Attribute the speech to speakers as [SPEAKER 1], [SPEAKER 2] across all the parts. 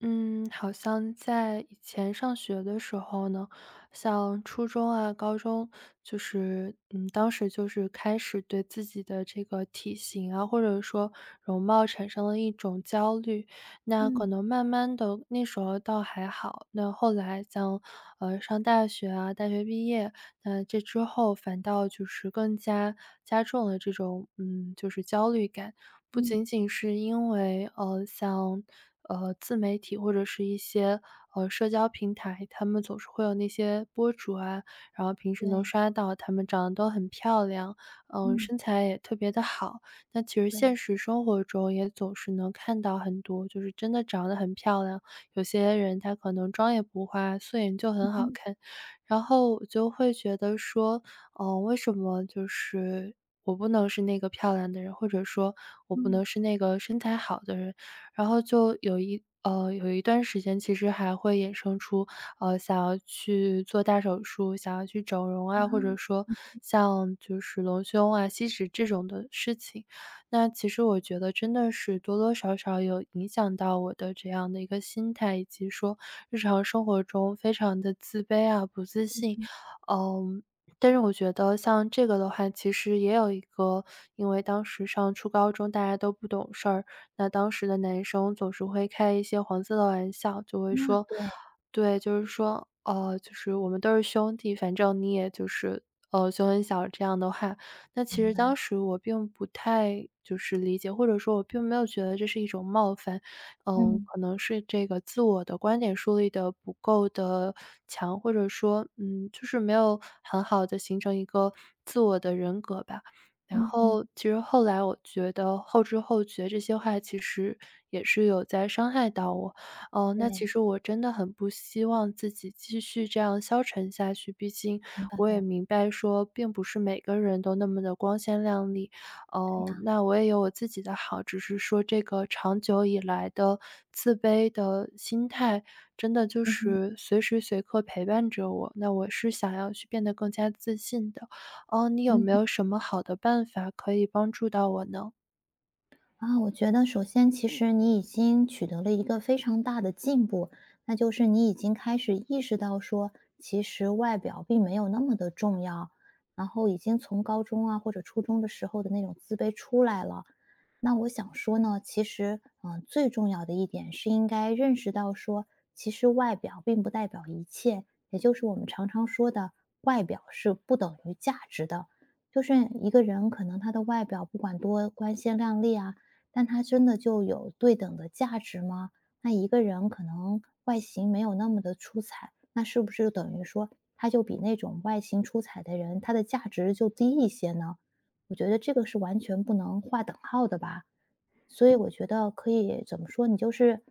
[SPEAKER 1] 嗯，好像在以前上学的时候呢，像初中啊、高中，当时就是开始对自己的这个体型啊，或者说容貌产生了一种焦虑。那可
[SPEAKER 2] 嗯
[SPEAKER 1] 能慢慢的那时候倒还好，那后来像，上大学啊，大学毕业，那这之后反倒就是更加加重了这种，就是焦虑感。不
[SPEAKER 2] 嗯，
[SPEAKER 1] 仅仅是因为，像，自媒体或者是一些，社交平台，他们总是会有那些博主啊，然后平时能
[SPEAKER 2] 对，
[SPEAKER 1] 刷到他们长得都很漂亮，
[SPEAKER 2] 嗯，
[SPEAKER 1] 身材也特别的好。那其实现
[SPEAKER 2] 对，
[SPEAKER 1] 实生活中也总是能看到很多，就是真的长得很漂亮，有些人她可能妆也不化，素颜就
[SPEAKER 2] 嗯
[SPEAKER 1] 很好
[SPEAKER 2] 嗯
[SPEAKER 1] 看。然后我就会觉得说，为什么就是我不能是那个漂亮的人，或者说我不
[SPEAKER 2] 嗯，
[SPEAKER 1] 能是那个身材好的人？然后就有一呃有一段时间，其实还会衍生出想要去做大手术，想要去整容
[SPEAKER 2] 啊，
[SPEAKER 1] 啊，或者说
[SPEAKER 2] 嗯
[SPEAKER 1] 像就是隆胸啊、吸脂这种的事情。那其实我觉得真的是多多少少有影响到我的这样的一个心态，以及说日常生活中非常的自卑啊、不自
[SPEAKER 2] 嗯
[SPEAKER 1] 信。
[SPEAKER 2] 嗯，
[SPEAKER 1] 嗯，但是我觉得像这个的话，其实也有一个因为当时上初高中大家都不懂事儿，那当时的男生总是会开一些黄色的玩笑，就会
[SPEAKER 2] 啊，
[SPEAKER 1] 说
[SPEAKER 2] 对，
[SPEAKER 1] 对，就是说，就是我们都是兄弟，反正你也就是，胸很小这样的话。那其
[SPEAKER 2] 明
[SPEAKER 1] 实
[SPEAKER 2] 白，
[SPEAKER 1] 当时我并不太就是理解，或者说我并没有觉得这是一种冒犯。嗯，
[SPEAKER 2] 嗯，
[SPEAKER 1] 可能是这个自我的观点树立的不够的强，或者说，就是没有很好的形成一个自我的人格吧。然
[SPEAKER 2] 嗯嗯，
[SPEAKER 1] 后其实后来我觉得后知后觉这些话其实也是有在伤害到我。嗯，那其
[SPEAKER 2] 对，
[SPEAKER 1] 实我真的很不希望自己继续这样消沉下去，毕竟
[SPEAKER 2] 明白
[SPEAKER 1] 我也
[SPEAKER 2] 了，
[SPEAKER 1] 明白说，并不是每个人都那么的光鲜亮丽。
[SPEAKER 2] 对
[SPEAKER 1] 哦，
[SPEAKER 2] 呀，
[SPEAKER 1] 那我也有我自己的好，只是说这个长久以来的自卑的心态，真的就
[SPEAKER 2] 嗯哼，
[SPEAKER 1] 是随时随刻陪伴着我，那我是想要去变得更加自信的。哦，你有
[SPEAKER 2] 嗯
[SPEAKER 1] 没
[SPEAKER 2] 哼。
[SPEAKER 1] 有什么好的办法可以帮助到我呢？
[SPEAKER 2] 啊，我觉得首先其实你已经取得了一个非常大的进步，那就是你已经开始意识到说，其实外表并没有那么的重要，然后已经从高中啊或者初中的时候的那种自卑出来了，那我想说呢，其实，最重要的一点是应该认识到说，其实外表并不代表一切，也就是我们常常说的，外表是不等于价值的。就是一个人可能他的外表不管多光鲜亮丽啊，但他真的就有对等的价值吗？那一个人可能外形没有那么的出彩，那是不是等于说他就比那种外形出彩的人，他的价值就低一些呢？我觉得这个是完全不能划等号的吧。所以我觉得可以怎么说，你就是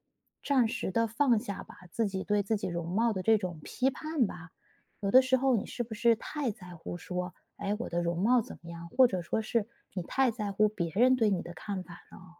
[SPEAKER 2] 暂时的放下吧，自己对自己容貌的这种批判吧。有的时候你是不是太在乎说，哎，我的容貌怎么样，或者说是你太在乎别人对你的看法了。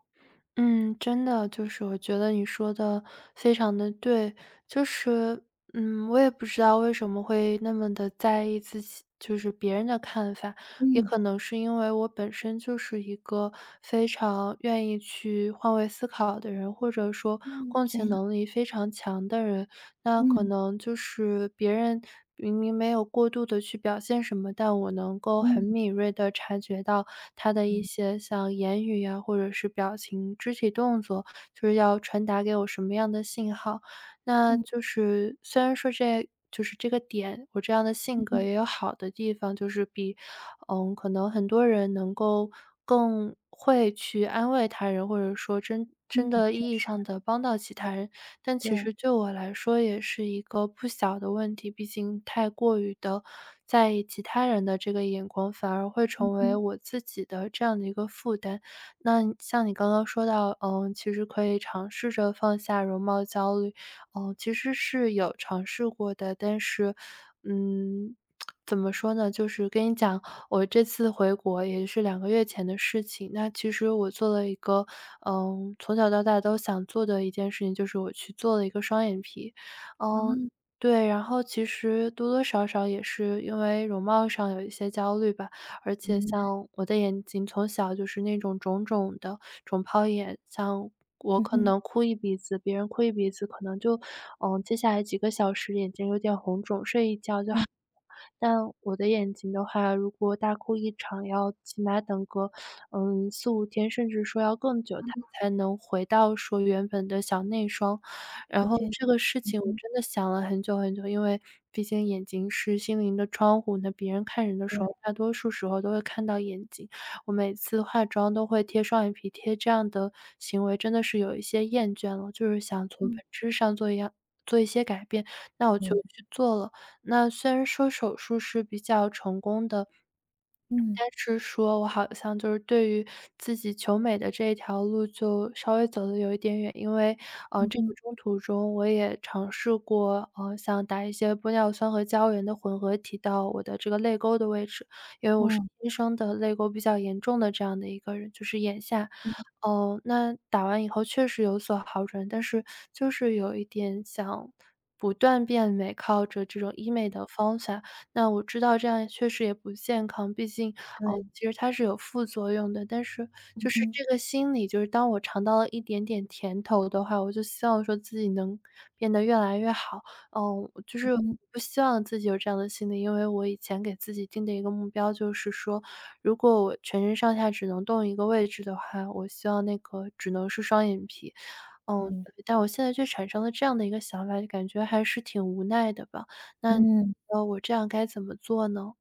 [SPEAKER 1] 嗯，真的，就是我觉得你说的非常的对。就是，我也不知道为什么会那么的在意自己就是别人的看法，也
[SPEAKER 2] 嗯，
[SPEAKER 1] 可能是因为我本身就是一个非常愿意去换位思考的人，或者说
[SPEAKER 2] 嗯，
[SPEAKER 1] 共
[SPEAKER 2] 这
[SPEAKER 1] 情
[SPEAKER 2] 样，
[SPEAKER 1] 能力非常强的人。那可
[SPEAKER 2] 嗯，
[SPEAKER 1] 能就是别人明明没有过度的去表现什么，但我能够很
[SPEAKER 2] 嗯，
[SPEAKER 1] 敏锐的察觉到他的一
[SPEAKER 2] 明
[SPEAKER 1] 些像言语呀，或者是表情、肢体动作，就是要传达给我什么样的信号。那
[SPEAKER 2] 嗯，嗯
[SPEAKER 1] 就是虽然说这就是这个点，我这样的
[SPEAKER 2] 嗯，嗯
[SPEAKER 1] 性
[SPEAKER 2] 嗯嗯。
[SPEAKER 1] 格
[SPEAKER 2] 嗯嗯
[SPEAKER 1] 也有好的地方，就是比，可能很多人能够更会去安慰他人，或者说真真
[SPEAKER 2] 嗯嗯
[SPEAKER 1] 的
[SPEAKER 2] 确
[SPEAKER 1] 意义
[SPEAKER 2] 实，
[SPEAKER 1] 上的帮到其他人。但其
[SPEAKER 2] 对，
[SPEAKER 1] 实对我来说也是一个不小的问题，毕竟太过于的在意其他人的这个眼光，反而会
[SPEAKER 2] 嗯
[SPEAKER 1] 成为
[SPEAKER 2] 嗯
[SPEAKER 1] 我自己的这样的一个负担。那你像你刚刚说到，其实可以尝试着放下容貌焦虑，嗯，其实是有尝试过的，但是，嗯，怎么说呢，就是跟你讲，我这次回国也是2个月前的事情。那其实我做了一个，从小到大都想做的一件事情，就是我去做了一个双眼皮。
[SPEAKER 2] 啊，
[SPEAKER 1] 嗯，对，然后其实多多少少也是因为容貌上有一些焦虑吧，而且
[SPEAKER 2] 明白，
[SPEAKER 1] 像我的眼睛从小就是那种肿肿的肿泡眼，像我
[SPEAKER 2] 嗯
[SPEAKER 1] 可
[SPEAKER 2] 哼，
[SPEAKER 1] 能哭一鼻子，别人哭一鼻子，可能就，接下来几个小时眼睛有点红肿，睡一觉就好。
[SPEAKER 2] 嗯，
[SPEAKER 1] 但我的眼睛的话，如果大哭一场，要起码等个，嗯4、5天，甚至说要更久，它才能回到说原本的小内双。
[SPEAKER 2] 是
[SPEAKER 1] 然后
[SPEAKER 2] 这样，
[SPEAKER 1] 这个事情我
[SPEAKER 2] 嗯，
[SPEAKER 1] 真的想了很久很久，因为毕竟眼睛是心灵的窗户，那别人看人的
[SPEAKER 2] 对，
[SPEAKER 1] 时候，大多数时候都会看到眼睛。我每次化妆都会贴双眼皮贴，这样的行为真的是有一些厌倦了，就是想从本
[SPEAKER 2] 嗯，
[SPEAKER 1] 质上做一些改变，那我就
[SPEAKER 2] 明白，
[SPEAKER 1] 去做了。那虽然说手术是比较成功的，
[SPEAKER 2] 嗯，
[SPEAKER 1] 是说我好像就是对于自己求美的这一条路就稍微走的有一点远，因为，
[SPEAKER 2] 嗯
[SPEAKER 1] 这个
[SPEAKER 2] 哼，
[SPEAKER 1] 中途中我也尝试过，想打一些玻尿酸和胶原的混合体到我的这个泪沟的位置，因为我是
[SPEAKER 2] 嗯。
[SPEAKER 1] 天生的泪沟比较严重的这样的一个人，就是眼下。
[SPEAKER 2] 嗯，
[SPEAKER 1] 那打完以后确实有所好转，但是就是有一点想不断变美，靠着这种医美的方法，那我知道这样确实也不健康，毕竟哦，
[SPEAKER 2] 对，
[SPEAKER 1] 其实它是有副作用的，但是就是
[SPEAKER 2] 嗯
[SPEAKER 1] 这个心理，就是当我尝到了一点点甜头的话，我就希望说自己能变得越来越好。嗯，就
[SPEAKER 2] 嗯
[SPEAKER 1] 是
[SPEAKER 2] 嗯哼，
[SPEAKER 1] 不希望自己有这样的心理，因为我以前给自己定的一个目标就是说，如果我全身上下只能动一个位置的话，我希望那个只能是双眼皮。嗯，
[SPEAKER 2] 明白
[SPEAKER 1] 但我现在却产生了这样的一个想法，就感觉还是挺无奈的吧。那
[SPEAKER 2] 嗯。
[SPEAKER 1] 呃，我这样该怎么做呢？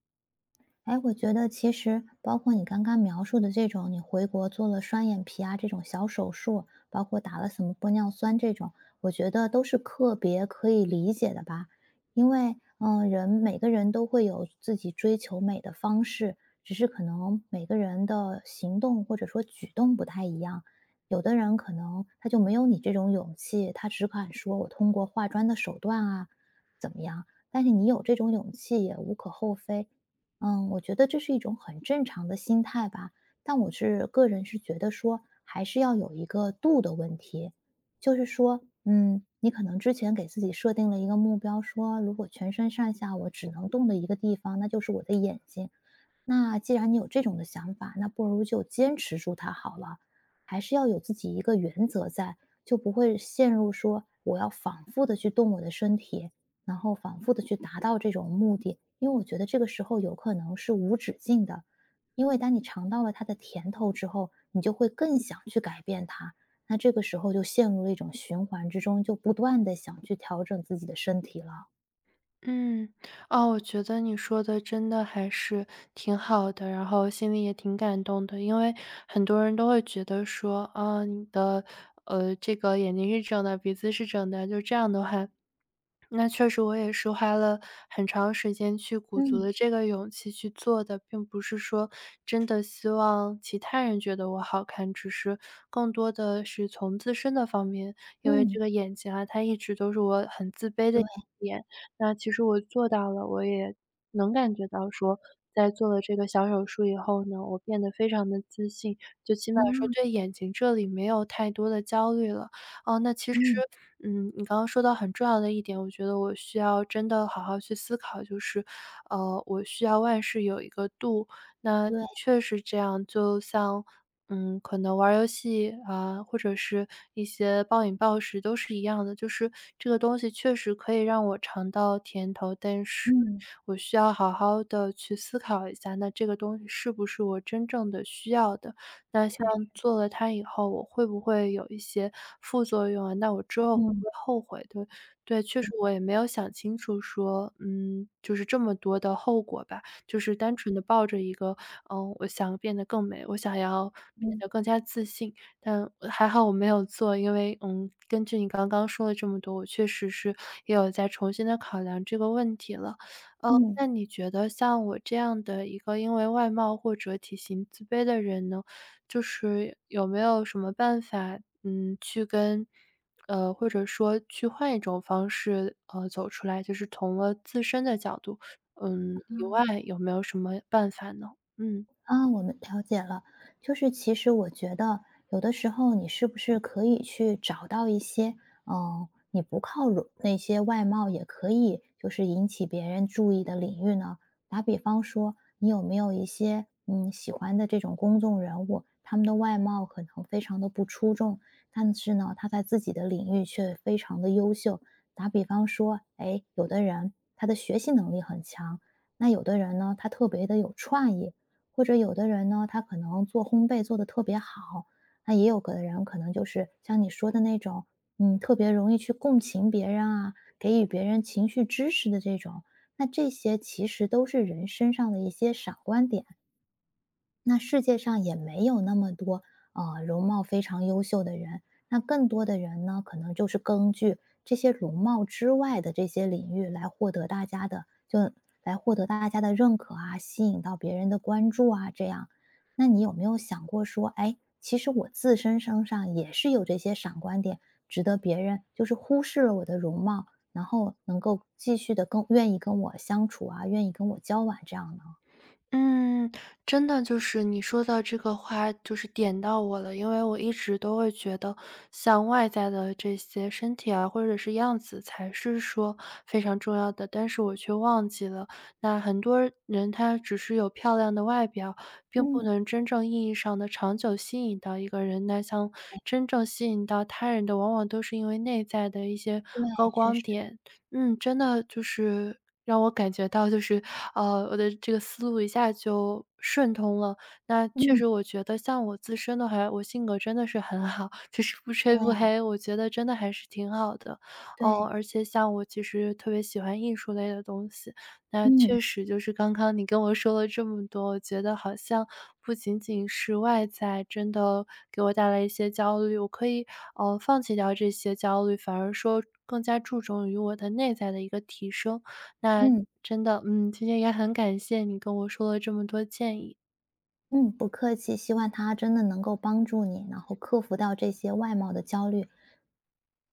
[SPEAKER 2] 哎，我觉得其实包括你刚刚描述的这种，你回国做了双眼皮啊这种小手术，包括打了什么玻尿酸这种，我觉得都是特别可以理解的吧。因为，人每个人都会有自己追求美的方式，只是可能每个人的行动或者说举动不太一样。有的人可能他就没有你这种勇气，他只敢说我通过化妆的手段啊，但是你有这种勇气也无可厚非。嗯，我觉得这是一种很正常的心态吧，但我是个人是觉得说，还是要有一个度的问题。就是说，你可能之前给自己设定了一个目标，说如果全身上下我只能动的一个地方，那就是我的眼睛。那既然你有这种的想法，那不如就坚持住它好了。还是要有自己一个原则在，就不会陷入说我要反复的去动我的身体，然后反复的去达到这种目的。因为我觉得这个时候有可能是无止境的，因为当你尝到了它的甜头之后，你就会更想去改变它。那这个时候就陷入了一种循环之中，就不断的想去调整自己的身体了。
[SPEAKER 1] 嗯，哦，我觉得你说的真的还是挺好的，然后心里也挺感动的。因为很多人都会觉得说，啊，你的，这个眼睛是整的，鼻子是整的，就这样的话，那确实我也是花了很长时间去鼓足
[SPEAKER 2] 嗯
[SPEAKER 1] 了这个勇气去做的，并不是说真的希望其他人觉得我好看，只是更多的是从自身的方面，因为这
[SPEAKER 2] 嗯，
[SPEAKER 1] 个眼睛啊，它一直都是我很自卑的一
[SPEAKER 2] 对，
[SPEAKER 1] 点。那其实我做到了，我也能感觉到说，在做了这个小手术以后呢，我变得非常的自信，就起码说
[SPEAKER 2] 嗯
[SPEAKER 1] 对眼睛这里没有太多的焦虑了。哦，那
[SPEAKER 2] 嗯，
[SPEAKER 1] 嗯，你刚刚说到很重要的一点，我觉得我需要真的好好去思考，就是，我需要万事有一个度。那的
[SPEAKER 2] 对，
[SPEAKER 1] 确实这样，就像，可能玩儿游戏啊，或者是一些暴饮暴食都是一样的，就是这个东西确实可以让我尝到甜头，但是
[SPEAKER 2] 嗯，
[SPEAKER 1] 我需要好好的去思考一下，那这个东西是不是我真正的需要的。那像
[SPEAKER 2] 确实。
[SPEAKER 1] 做了它以后，我会不会有一些副作用啊？那我之后会
[SPEAKER 2] 嗯，
[SPEAKER 1] 不会后悔？对，对，确
[SPEAKER 2] 对，
[SPEAKER 1] 实我也没有想清楚说，就是这么多的后果吧，就是单纯的抱着一个，我想变得更美，我想要变
[SPEAKER 2] 嗯，
[SPEAKER 1] 得更加自信。但还好我没有做，因为，根据你刚刚说了这么多，我确实是也有在重新的考量这个问题了。呃，
[SPEAKER 2] 嗯。
[SPEAKER 1] 那你觉得像我这样的一个因为外貌或者体型自卑的人呢，就是有没有什么办法，去跟或者说去换一种方式，走出来，就是从了自身的角度，以外有没有什么办法呢？嗯。
[SPEAKER 2] 啊，我们了解了。就是其实我觉得，有的时候你是不是可以去找到一些，你不靠拢那些外貌也可以，就是引起别人注意的领域呢？打比方说，你有没有一些喜欢的这种公众人物，他们的外貌可能非常的不出众，但是呢，他在自己的领域却非常的优秀。打比方说，哎，有的人他的学习能力很强，那有的人呢，他特别的有创意。或者有的人呢，他可能做烘焙做得特别好，那也有个人可能就是像你说的那种，特别容易去共情别人啊，给予别人情绪支持的这种，那这些其实都是人身上的一些闪光点。那世界上也没有那么多容貌非常优秀的人，那更多的人呢，可能就是根据这些容貌之外的这些领域来获得大家的，就来获得大家的认可啊，吸引到别人的关注啊，这样。那你有没有想过说，哎，其实我自身身上也是有这些闪光点，值得别人就是忽视了我的容貌，然后能够继续的跟愿意跟我相处啊，愿意跟我交往这样呢？
[SPEAKER 1] 嗯，真的就是你说到这个话，就是点到我了。因为我一直都会觉得，像外在的这些身体啊，或者是样子，才是说非常重要的，但是我却忘记了，那很多人他只是有漂亮的外表，并不
[SPEAKER 2] 嗯，
[SPEAKER 1] 能真正意义上的长久吸引到一个人。那像真正吸引到他人的，往往都是因为内在的一些
[SPEAKER 2] 对，
[SPEAKER 1] 高
[SPEAKER 2] 确
[SPEAKER 1] 光
[SPEAKER 2] 实，
[SPEAKER 1] 点。嗯，真的就是让我感觉到就是，我的这个思路一下就顺通了。那确
[SPEAKER 2] 嗯。
[SPEAKER 1] 实我觉得像我自身的话，我性格真的是很好，就是不
[SPEAKER 2] 对
[SPEAKER 1] 吹
[SPEAKER 2] 啊，
[SPEAKER 1] 不黑，我觉得真的还是挺好的。哦。
[SPEAKER 2] 对，
[SPEAKER 1] 而且像我其实特别喜欢艺术类的东西，那
[SPEAKER 2] 嗯，
[SPEAKER 1] 确实就是刚刚你跟我说了这么多，我觉得好像不仅仅是外在真的给我带来一些焦虑，我可以，放弃掉这些焦虑，反而说更加注重于我的内在的一个提升。那
[SPEAKER 2] 嗯，
[SPEAKER 1] 真的，嗯，今天也很感谢你跟我说了这么多建议。
[SPEAKER 2] 嗯，不客气，希望他真的能够帮助你，然后克服掉这些外貌的焦虑，